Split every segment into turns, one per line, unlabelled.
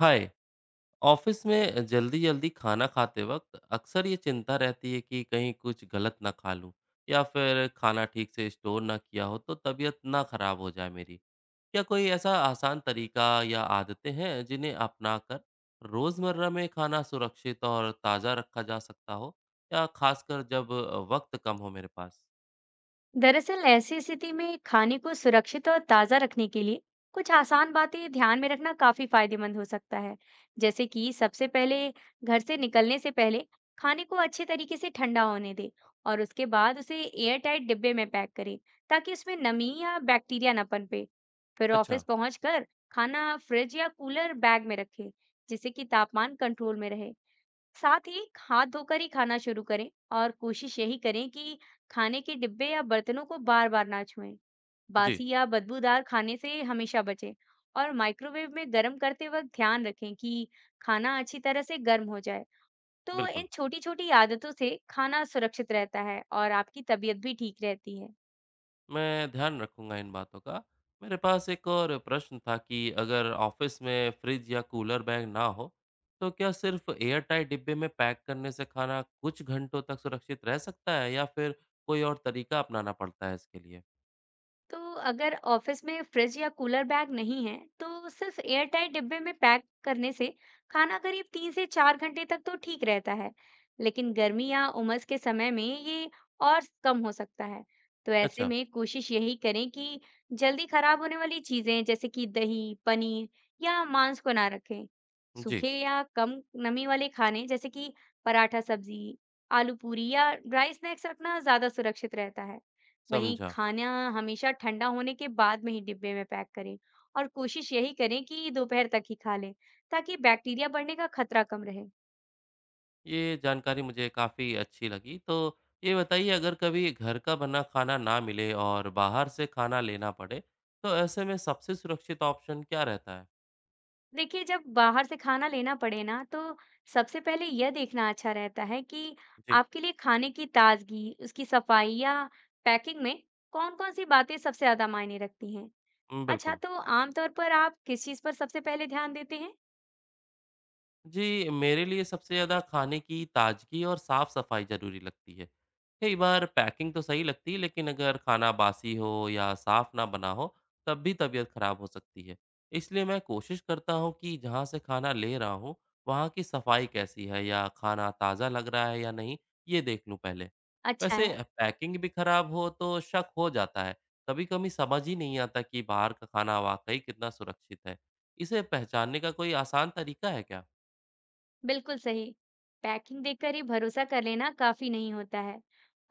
हाय। Office में जल्दी जल्दी खाना खाते वक्त अक्सर ये चिंता रहती है कि कहीं कुछ गलत ना खा लूं। या फिर खाना ठीक से स्टोर ना किया हो तो तबीयत ना खराब हो जाए मेरी। क्या कोई ऐसा आसान तरीका या आदतें हैं जिन्हें अपना कर रोजमर्रा में खाना सुरक्षित और ताज़ा रखा जा सकता हो। या खासकर जब वक्त कम हो मेरे पास।
दरअसल ऐसी स्थिति में खाने को सुरक्षित और ताज़ा रखने के लिए कुछ आसान बातें ध्यान में रखना काफ़ी फायदेमंद हो सकता है। जैसे कि सबसे पहले घर से निकलने से पहले खाने को अच्छे तरीके से ठंडा होने दें और उसके बाद उसे एयर टाइट डिब्बे में पैक करें ताकि उसमें नमी या बैक्टीरिया ना पनपे। फिर
अच्छा।
ऑफिस पहुंचकर खाना फ्रिज या कूलर बैग में रखें जिससे कि तापमान कंट्रोल में रहे। साथ ही हाथ धोकर ही खाना शुरू करें और कोशिश यही करें कि खाने के डिब्बे या बर्तनों को बार बार ना छुएं।
जी।
बासी या बदबूदार खाने से हमेशा बचें और माइक्रोवेव में गर्म करते वक्त ध्यान रखें कि खाना अच्छी तरह से गर्म हो जाए। तो
बिल्कुल।
इन छोटी-छोटी आदतों से खाना सुरक्षित रहता है और आपकी तबीयत भी ठीक रहती है।
मैं ध्यान रखूंगा इन बातों का। मेरे पास एक और प्रश्न था कि अगर ऑफिस में फ्रिज या कूलर बैग ना हो तो क्या सिर्फ एयर टाइट डिब्बे में पैक करने से खाना कुछ घंटों तक सुरक्षित रह सकता है या फिर कोई और तरीका अपनाना पड़ता है इसके लिए।
तो अगर ऑफिस में फ्रिज या कूलर बैग नहीं है, तो सिर्फ एयरटाइट डिब्बे में पैक करने से खाना करीब तीन से चार घंटे तक तो ठीक रहता है, लेकिन गर्मी या उमस के समय में ये और कम हो सकता है। तो ऐसे
अच्छा।
में कोशिश यही करें कि जल्दी खराब होने वाली चीजें जैसे कि दही, पनीर या मांस को ना रखें।
जी।
सूखे या कम नमी वाले खाने जैसे कि पराठा सब्जी, आलू पूरी या ड्राई स्नैक्स रखना ज्यादा सुरक्षित रहता है। वहीं
समझा।
खाना हमेशा ठंडा होने के बाद में ही डिब्बे में पैक करें और कोशिश यही करें कि दोपहर तक ही खा लें ताकि बैक्टीरिया बढ़ने का खतरा कम रहे।
ये जानकारी मुझे काफ़ी अच्छी लगी तो ये बताइए अगर कभी घर का बना खाना ना मिले और बाहर से खाना लेना पड़े तो ऐसे में सबसे सुरक्षित ऑप्शन क्या रहता है।
देखिए जब बाहर से खाना लेना पड़े ना तो सबसे पहले यह देखना अच्छा रहता है कि
जी।
आपके लिए खाने की ताजगी, उसकी सफाई या पैकिंग में कौन-कौन सी बातें सबसे ज्यादा मायने रखती हैं। अच्छा
बिल्कुल।
तो आमतौर पर आप किस चीज़ पर सबसे पहले ध्यान देते हैं?
जी, मेरे लिए सबसे ज़्यादा खाने की ताज़गी और साफ़-सफ़ाई ज़रूरी लगती है। कई बार पैकिंग तो सही लगती है, लेकिन अगर खाना बासी हो या साफ़ ना बना हो, तब भी तबीयत ख़राब हो सकती है। इसलिए मैं कोशिश करता हूँ कि जहाँ से खाना ले रहा हूँ, वहाँ की सफ़ाई कैसी है या खाना ताज़ा लग रहा है या नहीं, ये देख लूँ पहले।
अच्छा
वैसे
है।
पैकिंग भी ख़राब हो तो शक हो जाता है। कभी-कभी समझ ही नहीं आता कि बाहर का खाना वाक़ई कितना सुरक्षित है। इसे पहचानने का कोई आसान तरीका है क्या?
बिल्कुल सही। पैकिंग देखकर ही भरोसा कर लेना काफी नहीं होता है,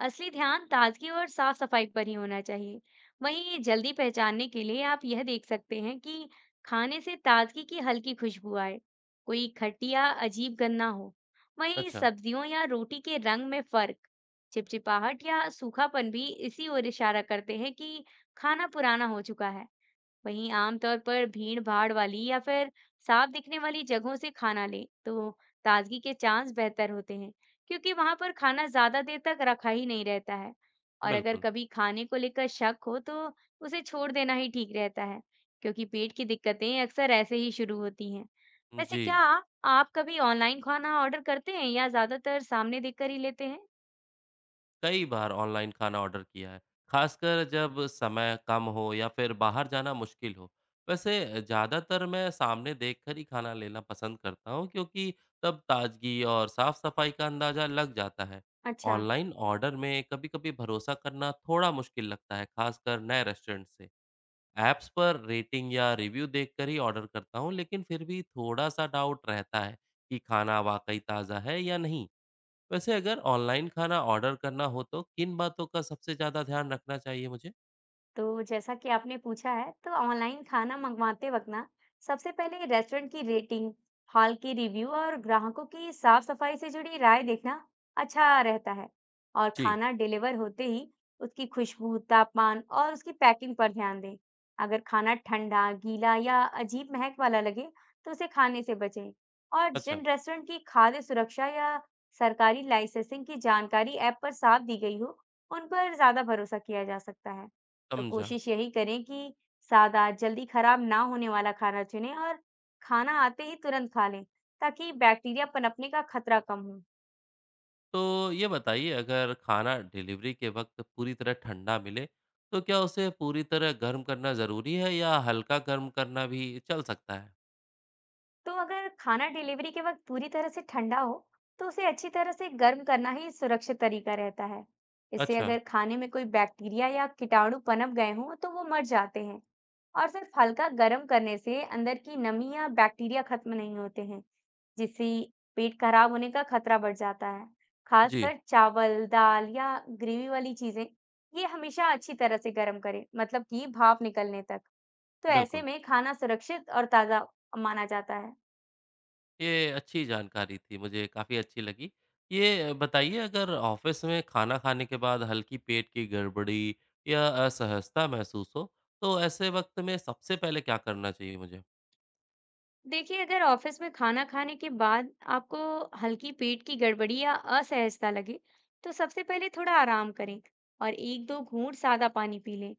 असली ध्यान ताजगी और साफ सफाई पर ही होना चाहिए। वहीं ये जल्दी पहचानने के लिए आप यह देख सकते हैं कि खाने से ताजगी की हल्की खुशबू आए, कोई खट्टी या अजीब गंध ना हो। वहीं
अच्छा।
सब्जियों या रोटी के रंग में फर्क, चिपचिपाहट या सूखापन भी इसी ओर इशारा करते हैं कि खाना पुराना हो चुका है। वहीं आमतौर पर भीड़ भाड़ वाली या फिर साफ दिखने वाली जगहों से खाना लें तो ताजगी के चांस बेहतर होते हैं, क्योंकि वहां पर खाना ज्यादा देर तक रखा ही नहीं रहता है। और अगर
बिल्कुल।
कभी खाने को लेकर शक हो तो उसे छोड़ देना ही ठीक रहता है, क्योंकि पेट की दिक्कतें अक्सर ऐसे ही शुरू होती हैं। वैसे
जी,
क्या आप कभी ऑनलाइन खाना ऑर्डर करते हैं या ज्यादातर सामने देखकर ही लेते हैं?
कई बार ऑनलाइन खाना ऑर्डर किया है, ख़ासकर जब समय कम हो या फिर बाहर जाना मुश्किल हो। वैसे ज़्यादातर मैं सामने देखकर ही खाना लेना पसंद करता हूँ क्योंकि तब ताज़गी और साफ़-सफ़ाई का अंदाज़ा लग जाता है।
अच्छा।
ऑनलाइन ऑर्डर में कभी-कभी भरोसा करना थोड़ा मुश्किल लगता है, ख़ासकर नए रेस्टोरेंट से। ऐप्स पर रेटिंग या रिव्यू देखकर ही ऑर्डर करता हूँ, लेकिन फिर भी थोड़ा-सा डाउट रहता है कि खाना वाक़ई ताज़ा है या नहीं। वैसे अगर ऑनलाइन खाना ऑर्डर करना हो तो किन बातों का सबसे ज़्यादा ध्यान रखना चाहिए मुझे?
तो जैसा कि आपने पूछा है, तो ऑनलाइन खाना मंगवाते वक्त ना सबसे पहले रेस्टोरेंट की रेटिंग, हॉल की रिव्यू और ग्राहकों की साफ सफाई से जुड़ी राय देखना अच्छा रहता है। और
जी।
खाना डिलीवर होते ही उसकी खुशबू, तापमान और उसकी पैकिंग पर ध्यान दें। अगर खाना ठंडा, गीला या अजीब महक वाला लगे, तो उसे खाने से बचें। और
अच्छा।
जिन रेस्टोरेंट की खाद्य सुरक्षा या सरकारी लाइसेंसिंग की जानकारी ऐप पर साफ दी गई हो, उन पर ज्यादा भरोसा किया जा सकता है। तो
समझा।
कोशिश यही करें कि सादा, जल्दी खराब ना होने वाला खाना चुनें और खाना आते ही तुरंत खा लें, ताकि बैक्टीरिया पनपने का खतरा कम हो।
तो ये बताइए अगर खाना डिलीवरी के वक़्त पूरी तरह ठंडा मिले, तो क्या उसे पूरी तरह गर्म करना ज़रूरी है या हल्का गर्म करना भी चल सकता है?
तो अगर खाना डिलीवरी के वक्त पूरी तरह से ठंडा हो, तो उसे अच्छी तरह से गर्म करना ही सुरक्षित तरीका रहता है। इससे
अच्छा।
अगर खाने में कोई बैक्टीरिया या कीटाणु पनप गए हों, तो वो मर जाते हैं। और सिर्फ हल्का गर्म करने से अंदर की नमी या बैक्टीरिया खत्म नहीं होते हैं, जिससे पेट खराब होने का खतरा बढ़ जाता है।
जी।
खासकर चावल दाल या ग्रेवी वाली चीजें, ये हमेशा अच्छी तरह से गर्म करें मतलब कि भाप निकलने तक। तो ऐसे
बिल्कुल।
में खाना सुरक्षित और ताजा माना जाता है।
ये अच्छी जानकारी थी, मुझे काफ़ी अच्छी लगी। ये बताइए अगर ऑफ़िस में खाना खाने के बाद हल्की पेट की गड़बड़ी या असहजता महसूस हो, तो ऐसे वक़्त में सबसे पहले क्या करना चाहिए मुझे?
देखिए अगर ऑफिस में खाना खाने के बाद आपको हल्की पेट की गड़बड़ी या असहजता लगे तो सबसे पहले थोड़ा आराम करें और एक दो घूंट सादा पानी पी लें।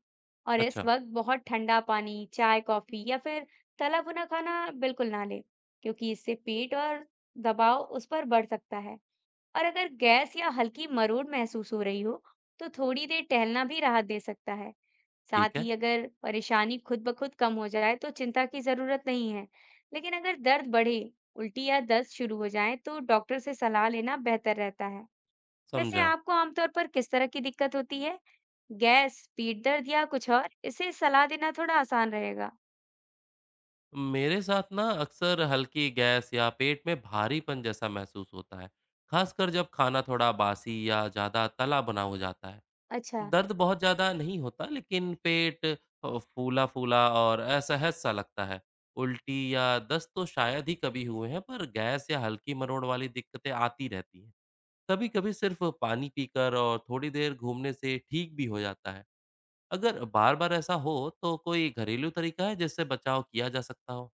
और इस
अच्छा।
वक्त बहुत ठंडा पानी, चाय, कॉफी या फिर तला भुना खाना बिल्कुल ना लें, क्योंकि इससे पेट और दबाव उस पर बढ़ सकता है। और अगर गैस या हल्की मरोड़ महसूस हो रही हो तो थोड़ी देर टहलना भी राहत दे सकता है।
ठीक
साथ
है।
ही अगर परेशानी खुद ब खुद कम हो जाए तो चिंता की जरूरत नहीं है, लेकिन अगर दर्द बढ़े, उल्टी या दस्त शुरू हो जाए तो डॉक्टर से सलाह लेना बेहतर रहता है। वैसे
समझा।
आपको आमतौर पर किस तरह की दिक्कत होती है? गैस, पेट दर्द या कुछ और? इसे सलाह देना थोड़ा आसान रहेगा।
मेरे साथ ना अक्सर हल्की गैस या पेट में भारीपन जैसा महसूस होता है, ख़ासकर जब खाना थोड़ा बासी या ज़्यादा तला बना हो जाता है।
अच्छा।
दर्द बहुत ज़्यादा नहीं होता, लेकिन पेट फूला-फूला और असहज-सा लगता है। उल्टी या दस्त तो शायद ही कभी हुए हैं, पर गैस या हल्की मरोड़ वाली दिक्कतें आती रहती हैं। कभी-कभी सिर्फ पानी पीकर और थोड़ी देर घूमने से ठीक भी हो जाता है। अगर बार-बार ऐसा हो, तो कोई घरेलू तरीका है जिससे बचाव किया जा सकता हो?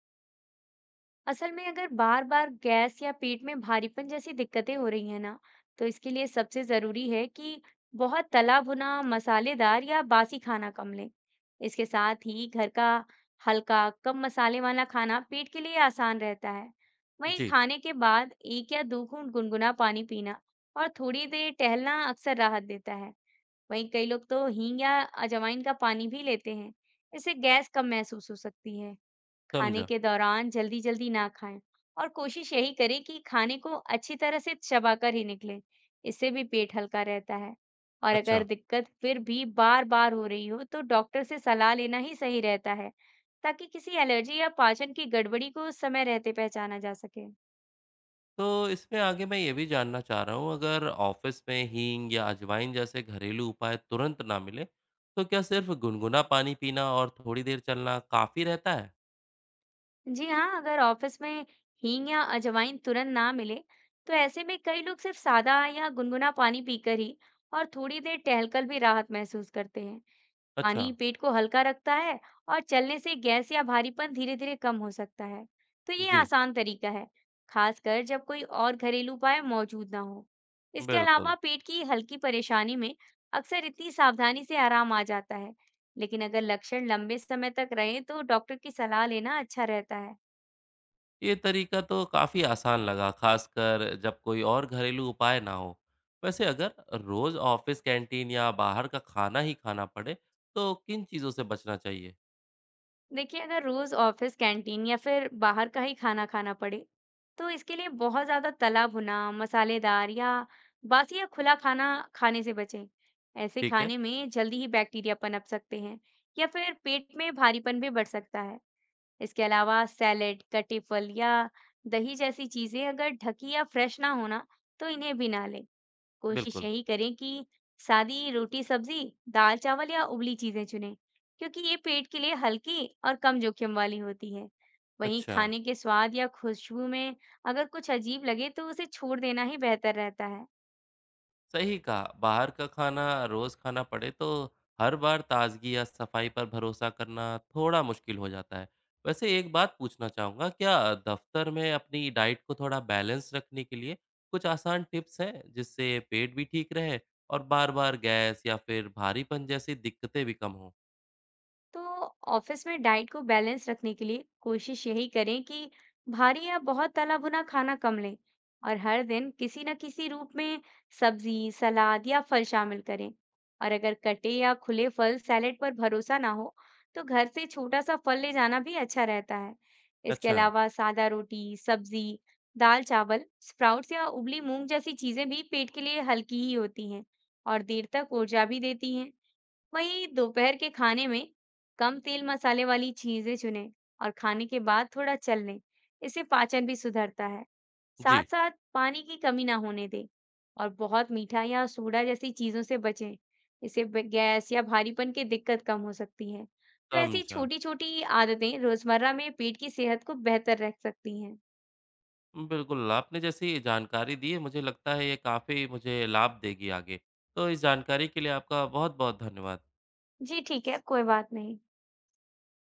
असल में अगर बार बार गैस या पेट में भारीपन जैसी दिक्कतें हो रही हैं ना, तो इसके लिए सबसे जरूरी है कि बहुत तला भुना मसालेदार या बासी खाना कम लें। इसके साथ ही घर का हल्का कम मसाले वाला खाना पेट के लिए आसान रहता है। वहीं
जी।
खाने के बाद एक या दो घूंट गुनगुना पानी पीना और थोड़ी देर टहलना अक्सर राहत देता है। वहीं कई लोग तो हींग या अजवाइन का पानी भी लेते हैं, इससे गैस कम महसूस हो सकती है। खाने
समझा।
के दौरान जल्दी-जल्दी ना खाएं और कोशिश यही करें कि खाने को अच्छी तरह से चबाकर ही निकलें। इससे भी पेट हल्का रहता है। और अगर
अच्छा।
दिक्कत फिर भी बार-बार हो रही हो, तो डॉक्टर से सलाह लेना ही सही रहता है, ताकि किसी एलर्जी या पाचन की गड़बड़ी को समय रहते पहचाना जा सके।
तो इसमें आगे मैं ये भी जानना चाह रहा हूँ, अगर ऑफिस में हींग या अजवाइन जैसे घरेलू उपाय तुरंत ना मिले, तो क्या सिर्फ गुनगुना पानी पीना और थोड़ी देर चलना काफ़ी रहता है?
जी हाँ, अगर ऑफिस में हींग या अजवाइन तुरंत ना मिले, तो ऐसे में कई लोग सिर्फ सादा या गुनगुना पानी पीकर ही और थोड़ी देर टहलकर भी राहत महसूस करते हैं।
अच्छा।
पानी पेट को हल्का रखता है और चलने से गैस या भारीपन धीरे धीरे कम हो सकता है। तो ये
जी।
आसान तरीका है, खासकर जब कोई और घरेलू उपाय मौजूद ना हो। इसके
बिल्कुल।
अलावा पेट की हल्की परेशानी में अक्सर इतनी सावधानी से आराम आ जाता है, लेकिन अगर लक्षण लंबे समय तक रहे तो डॉक्टर की सलाह लेना अच्छा रहता है।
ये तरीका तो काफ़ी आसान लगा, खासकर जब कोई और घरेलू उपाय ना हो। वैसे अगर रोज़ ऑफिस कैंटीन या बाहर का खाना ही खाना पड़े, तो किन चीज़ों से बचना चाहिए?
देखिए अगर रोज ऑफिस कैंटीन या फिर बाहर का ही खाना खाना पड़े तो इसके लिए बहुत ज्यादा तला भुना मसालेदार या बासी या खुला खाना खाने से बचें। ऐसे
ठीक है।
खाने में जल्दी ही बैक्टीरिया पनप सकते हैं या फिर पेट में भारीपन भी बढ़ सकता है। इसके अलावा सैलेड, कटे फल या दही जैसी चीजें अगर ढकी या फ्रेश ना होना तो इन्हें भी ना लें। कोशिश
बिल्कुल।
यही करें कि सादी रोटी सब्जी, दाल चावल या उबली चीजें चुनें, क्योंकि ये पेट के लिए हल्की और कम जोखिम वाली होती है। वहीं
अच्छा।
खाने के स्वाद या खुशबू में अगर कुछ अजीब लगे तो उसे छोड़ देना ही बेहतर रहता है।
सही कहा। बाहर का खाना रोज खाना पड़े तो हर बार ताजगी या सफाई पर भरोसा करना थोड़ा मुश्किल हो जाता है। वैसे एक बात पूछना चाहूँगा, क्या दफ्तर में अपनी डाइट को थोड़ा बैलेंस रखने के लिए कुछ आसान टिप्स हैं जिससे पेट भी ठीक रहे और बार बार गैस या फिर भारीपन जैसी दिक्कतें भी कम हों।
तो ऑफिस में डाइट को बैलेंस रखने के लिए कोशिश यही करें कि भारी या बहुत तला भुना खाना कम लें और हर दिन किसी न किसी रूप में सब्जी, सलाद या फल शामिल करें। और अगर कटे या खुले फल सैलेड पर भरोसा ना हो, तो घर से छोटा सा फल ले जाना भी अच्छा रहता है। इसके
अच्छा।
अलावा सादा रोटी, सब्जी, दाल चावल, स्प्राउट्स या उबली मूंग जैसी चीजें भी पेट के लिए हल्की ही होती हैं और देर तक ऊर्जा भी देती हैं। वहीं दोपहर के खाने में कम तेल मसाले वाली चीजें चुनें और खाने के बाद थोड़ा चल लें, इससे पाचन भी सुधरता है। साथ
जी।
साथ पानी की कमी ना होने दें और बहुत मीठा या सोडा जैसी चीजों से बचें, इससे गैस या भारीपन की दिक्कत कम हो सकती है। तो ऐसी
समझा।
छोटी छोटी आदतें रोजमर्रा में पेट की सेहत को बेहतर रख सकती हैं।
बिल्कुल आपने जैसी जानकारी दी है, मुझे लगता है ये काफ़ी मुझे लाभ देगी आगे। तो इस जानकारी के लिए आपका बहुत बहुत धन्यवाद।
जी ठीक है कोई बात नहीं।